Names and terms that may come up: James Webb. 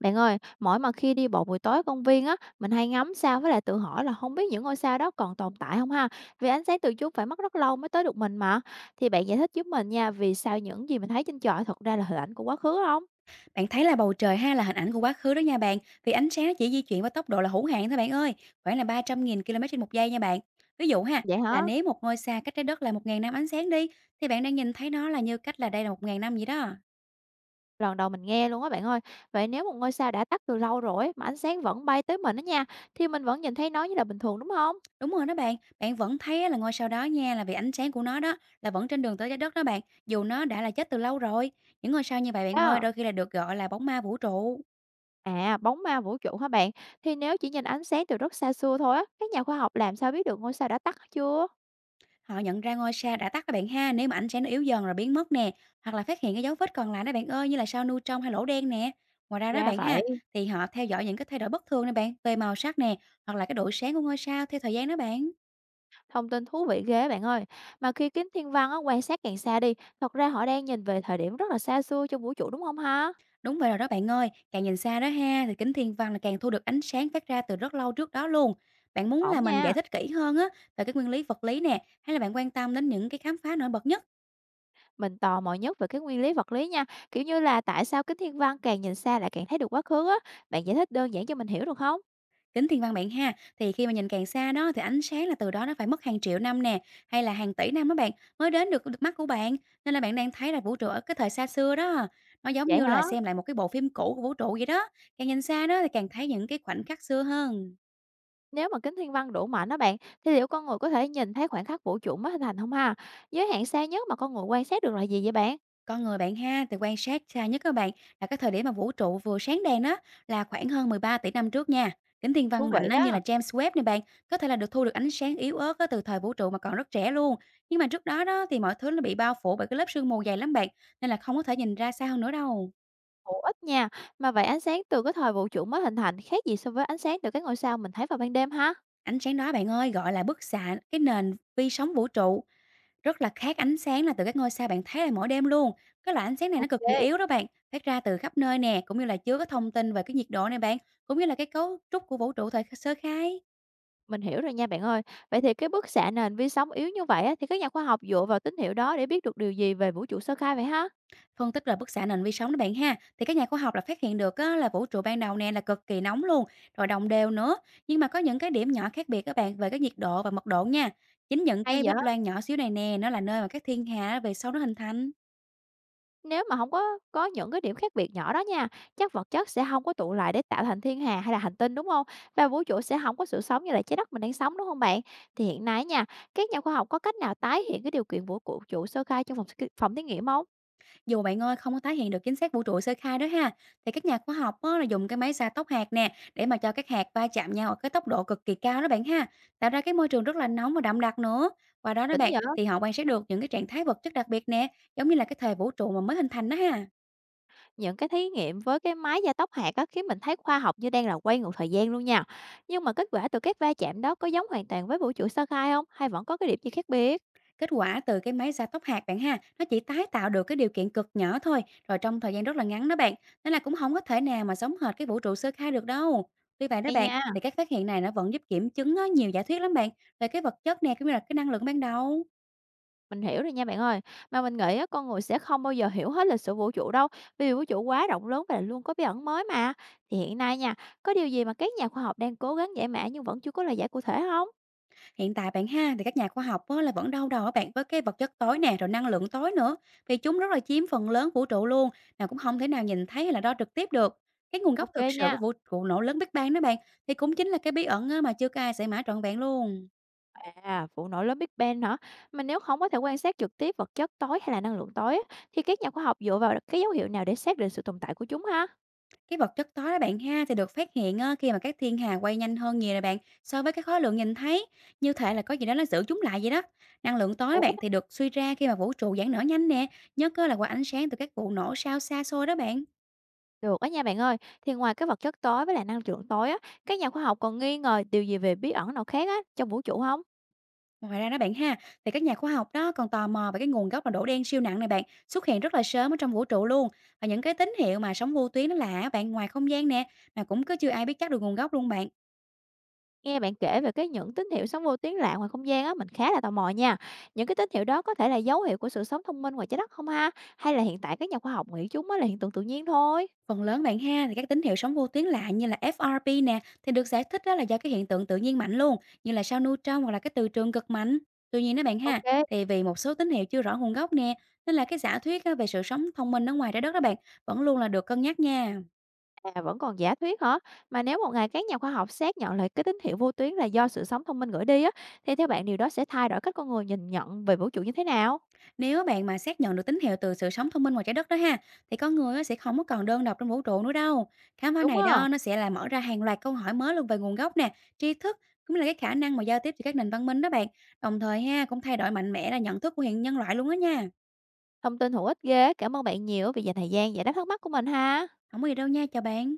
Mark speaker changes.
Speaker 1: Bạn ơi, mỗi mà khi đi bộ buổi tối ở công viên á, mình hay ngắm sao với lại tự hỏi là không biết những ngôi sao đó còn tồn tại không ha. Vì ánh sáng từ chúng phải mất rất lâu mới tới được mình mà. Thì bạn giải thích giúp mình nha, vì sao những gì mình thấy trên trời thật ra là hình ảnh của quá khứ không?
Speaker 2: Bạn thấy là bầu trời ha là hình ảnh của quá khứ đó nha bạn, vì ánh sáng nó chỉ di chuyển với tốc độ là hữu hạn thôi bạn ơi, khoảng là 300.000 km trên 1 giây nha bạn. Ví dụ ha,
Speaker 1: Vậy
Speaker 2: là
Speaker 1: hả?
Speaker 2: nếu một ngôi sao cách trái đất là 1.000 năm ánh sáng đi, thì bạn đang nhìn thấy nó là như cách là đây là 1.000 năm vậy đó.
Speaker 1: Lần đầu mình nghe luôn á bạn ơi. Vậy nếu một ngôi sao đã tắt từ lâu rồi ấy, mà ánh sáng vẫn bay tới mình đó nha, thì mình vẫn nhìn thấy nó như là bình thường đúng không?
Speaker 2: Đúng rồi đó bạn, bạn vẫn thấy á là ngôi sao đó nha là vì ánh sáng của nó đó là vẫn trên đường tới trái đất đó bạn, dù nó đã là chết từ lâu rồi. Những ngôi sao như vậy bạn ơi,
Speaker 1: À,
Speaker 2: đôi khi là được gọi là bóng ma vũ trụ.
Speaker 1: à, bóng ma vũ trụ hả bạn? Thì nếu chỉ nhìn ánh sáng từ rất xa xưa thôi á, các nhà khoa học làm sao biết được ngôi sao đã tắt chưa?
Speaker 2: Họ nhận ra ngôi sao đã tắt các bạn ha, nếu mà ánh sáng nó yếu dần rồi biến mất nè, hoặc là phát hiện cái dấu vết còn lại đó bạn ơi, như là sao nu trong hay lỗ đen nè. Ngoài ra đó
Speaker 1: Ra
Speaker 2: bạn ha,
Speaker 1: vậy.
Speaker 2: thì họ theo dõi những cái thay đổi bất thường nè bạn, về màu sắc nè, hoặc là cái độ sáng của ngôi sao theo thời gian đó bạn.
Speaker 1: Thông tin thú vị ghê bạn ơi. Mà khi kính thiên văn á, quan sát càng xa đi, thật ra họ đang nhìn về thời điểm rất là xa xưa trong vũ trụ đúng không ha?
Speaker 2: Đúng vậy rồi đó bạn ơi, càng nhìn xa đó ha, thì kính thiên văn là càng thu được ánh sáng phát ra từ rất lâu trước đó luôn. Bạn muốn
Speaker 1: Ổn
Speaker 2: là mình giải
Speaker 1: nha.
Speaker 2: thích kỹ hơn á về cái nguyên lý vật lý nè, hay là bạn quan tâm đến những cái khám phá nổi bật nhất?
Speaker 1: Mình tò mò nhất về cái nguyên lý vật lý nha. Kiểu như là tại sao kính thiên văn càng nhìn xa lại càng thấy được quá khứ á. Bạn giải thích đơn giản cho mình hiểu được không?
Speaker 2: Tính thiên văn bạn ha, thì khi mà nhìn càng xa đó thì ánh sáng là từ đó nó phải mất hàng triệu năm nè, hay là hàng tỷ năm đó bạn mới đến được được mắt của bạn, nên là bạn đang thấy là vũ trụ ở cái thời xa xưa đó. Nó giống
Speaker 1: Vậy
Speaker 2: như là
Speaker 1: hả?
Speaker 2: xem lại một cái bộ phim cũ của vũ trụ vậy đó. Càng nhìn xa đó thì càng thấy những cái khoảnh khắc xưa hơn.
Speaker 1: Nếu mà kính thiên văn đủ mạnh đó bạn, thì liệu con người có thể nhìn thấy khoảnh khắc vũ trụ mới hình thành không ha? Giới hạn xa nhất mà con người quan sát được là gì vậy bạn?
Speaker 2: Con người bạn ha, thì quan sát xa nhất các bạn, là cái thời điểm mà vũ trụ vừa sáng đèn đó, là khoảng hơn 13 tỷ năm trước nha. Kính thiên
Speaker 1: Thú
Speaker 2: văn mạnh
Speaker 1: vị
Speaker 2: á, như là
Speaker 1: á,
Speaker 2: James Webb này bạn, có thể là được thu được ánh sáng yếu ớt á, từ thời vũ trụ mà còn rất trẻ luôn. Nhưng mà trước đó đó thì mọi thứ nó bị bao phủ bởi cái lớp sương mù dày lắm bạn, nên là không có thể nhìn ra xa hơn nữa đâu.
Speaker 1: hữu ích nha. Mà vậy ánh sáng từ cái thời vũ trụ mới hình thành khác gì so với ánh sáng từ các ngôi sao mình thấy vào ban đêm ha?
Speaker 2: Ánh sáng đó bạn ơi, gọi là bức xạ cái nền vi sóng vũ trụ. Rất là khác ánh sáng là từ các ngôi sao bạn thấy là mỗi đêm luôn. Cái loại ánh sáng này nó cực kỳ
Speaker 1: OK,
Speaker 2: yếu đó bạn, phát ra từ khắp nơi nè, cũng như là chứa cái thông tin về cái nhiệt độ này bạn, cũng như là cái cấu trúc của vũ trụ thời sơ khai.
Speaker 1: mình hiểu rồi nha bạn ơi. Vậy thì cái bức xạ nền vi sóng yếu như vậy á, thì các nhà khoa học dựa vào tín hiệu đó để biết được điều gì về vũ trụ sơ khai vậy ha?
Speaker 2: Phân tích là bức xạ nền vi sóng đó bạn ha, thì các nhà khoa học là phát hiện được á, là vũ trụ ban đầu nè là cực kỳ nóng luôn, rồi đồng đều nữa. Nhưng mà có những cái điểm nhỏ khác biệt các bạn về cái nhiệt độ và mật độ nha. Chính những
Speaker 1: Hay
Speaker 2: cái
Speaker 1: vậy?
Speaker 2: vết loang nhỏ xíu này nè, nó là nơi mà các thiên hà về sau nó hình thành.
Speaker 1: Nếu mà không có những cái điểm khác biệt nhỏ đó nha, chắc vật chất sẽ không có tụ lại để tạo thành thiên hà hay là hành tinh, đúng không? Và vũ trụ sẽ không có sự sống như là trái đất mình đang sống, đúng không bạn? Thì hiện nay nha, các nhà khoa học có cách nào tái hiện cái điều kiện vũ của vũ trụ sơ khai trong phòng thí nghiệm không?
Speaker 2: Dù bạn ơi không có tái hiện được chính xác vũ trụ sơ khai đó ha, thì các nhà khoa học á, là dùng cái máy gia tốc hạt nè để mà cho các hạt va chạm nhau ở cái tốc độ cực kỳ cao đó bạn ha, tạo ra cái môi trường rất là nóng và đậm đặc nữa. Qua đó đó
Speaker 1: Đỉnh
Speaker 2: bạn
Speaker 1: vậy!
Speaker 2: thì họ quan sát được những cái trạng thái vật chất đặc biệt nè, giống như là cái thời vũ trụ mà mới hình thành đó ha.
Speaker 1: Những cái thí nghiệm với cái máy gia tốc hạt á, khiến mình thấy khoa học như đang là quay ngược thời gian luôn nha. Nhưng mà kết quả từ các va chạm đó có giống hoàn toàn với vũ trụ sơ khai không? Hay vẫn có cái điểm gì khác biệt?
Speaker 2: Kết quả từ cái máy gia tốc hạt bạn ha, nó chỉ tái tạo được cái điều kiện cực nhỏ thôi, rồi trong thời gian rất là ngắn đó bạn, nên là cũng không có thể nào mà giống hệt cái vũ trụ sơ khai được đâu. Tuy vậy đó
Speaker 1: Hay
Speaker 2: bạn,
Speaker 1: nha,
Speaker 2: thì các phát hiện này nó vẫn giúp kiểm chứng á, nhiều giả thuyết lắm bạn, về cái vật chất nè, cũng như là cái năng lượng ban đầu.
Speaker 1: mình hiểu rồi nha bạn ơi. Mà mình nghĩ á, con người sẽ không bao giờ hiểu hết lịch sử vũ trụ đâu. Vì vũ trụ quá rộng lớn và luôn có bí ẩn mới mà. Thì hiện nay nha, có điều gì mà các nhà khoa học đang cố gắng giải mã nhưng vẫn chưa có lời giải cụ thể không?
Speaker 2: Hiện tại bạn ha, thì các nhà khoa học á, là vẫn đau đầu á bạn với cái vật chất tối nè, rồi năng lượng tối nữa, vì chúng rất là chiếm phần lớn vũ trụ luôn, mà cũng không thể nào nhìn thấy hay là đo trực tiếp được. Cái nguồn gốc
Speaker 1: Ok
Speaker 2: thực sự
Speaker 1: nha.
Speaker 2: của vũ trụ nổ lớn Big Bang đó bạn, thì cũng chính là cái bí ẩn á, mà chưa có ai giải mã trọn vẹn luôn.
Speaker 1: À, vụ nổ lớn Big Bang hả? Mình nếu không có thể quan sát trực tiếp vật chất tối hay là năng lượng tối á, thì các nhà khoa học dựa vào cái dấu hiệu nào để xác định sự tồn tại của chúng ha?
Speaker 2: Cái vật chất tối đó bạn ha thì được phát hiện á, khi mà các thiên hà quay nhanh hơn nhiều nè bạn so với cái khối lượng nhìn thấy, như thể là có gì đó nó giữ chúng lại vậy đó. Năng lượng tối đó
Speaker 1: Ủa?
Speaker 2: bạn thì được suy ra khi mà vũ trụ giãn nở nhanh nè, nhất á là qua ánh sáng từ các vụ nổ sao xa xôi đó bạn.
Speaker 1: Được á nha bạn ơi, thì ngoài cái vật chất tối với lại năng lượng tối á, các nhà khoa học còn nghi ngờ điều gì về bí ẩn nào khác á trong vũ trụ không?
Speaker 2: Ngoài ra đó bạn ha, thì các nhà khoa học đó còn tò mò về cái nguồn gốc là đổ đen siêu nặng này bạn, xuất hiện rất là sớm ở trong vũ trụ luôn, và những cái tín hiệu mà sóng vô tuyến nó lạ á bạn ngoài không gian nè, mà cũng cứ chưa ai biết chắc được nguồn gốc luôn bạn.
Speaker 1: Nghe bạn kể về cái những tín hiệu sống vô tuyến lạ ngoài không gian á, mình khá là tò mò nha. Những cái tín hiệu đó có thể là dấu hiệu của sự sống thông minh ngoài trái đất không ha? Hay là hiện tại các nhà khoa học nghĩ chúng á là hiện tượng tự nhiên thôi?
Speaker 2: Phần lớn bạn ha thì các tín hiệu sóng vô tuyến lạ như là FRP nè thì được giải thích đó là do cái hiện tượng tự nhiên mạnh luôn, như là sao neutron hoặc là cái từ trường cực mạnh. Tuy nhiên đó bạn ha,
Speaker 1: Ok.
Speaker 2: thì vì một số tín hiệu chưa rõ nguồn gốc nè, nên là cái giả thuyết á, về sự sống thông minh ở ngoài trái đất đó bạn, vẫn luôn là được cân nhắc nha.
Speaker 1: À, vẫn còn giả thuyết hả? Mà nếu một ngày các nhà khoa học xác nhận lại cái tín hiệu vô tuyến là do sự sống thông minh gửi đi á, thì theo bạn điều đó sẽ thay đổi cách con người nhìn nhận về vũ trụ như thế nào?
Speaker 2: Nếu bạn mà xác nhận được tín hiệu từ sự sống thông minh ngoài trái đất đó ha, thì con người á sẽ không có còn đơn độc trong vũ trụ nữa đâu. Khám phá
Speaker 1: Đúng
Speaker 2: này
Speaker 1: không?
Speaker 2: đó nó sẽ là mở ra hàng loạt câu hỏi mới luôn về nguồn gốc nè, tri thức, cũng là cái khả năng mà giao tiếp giữa các nền văn minh đó bạn. Đồng thời ha cũng thay đổi mạnh mẽ là nhận thức của hiện nhân loại luôn á nha.
Speaker 1: Thông tin hữu ích ghê, cảm ơn bạn nhiều vì dành thời gian giải đáp thắc mắc của mình ha.
Speaker 2: Không có gì đâu nha, chào bạn.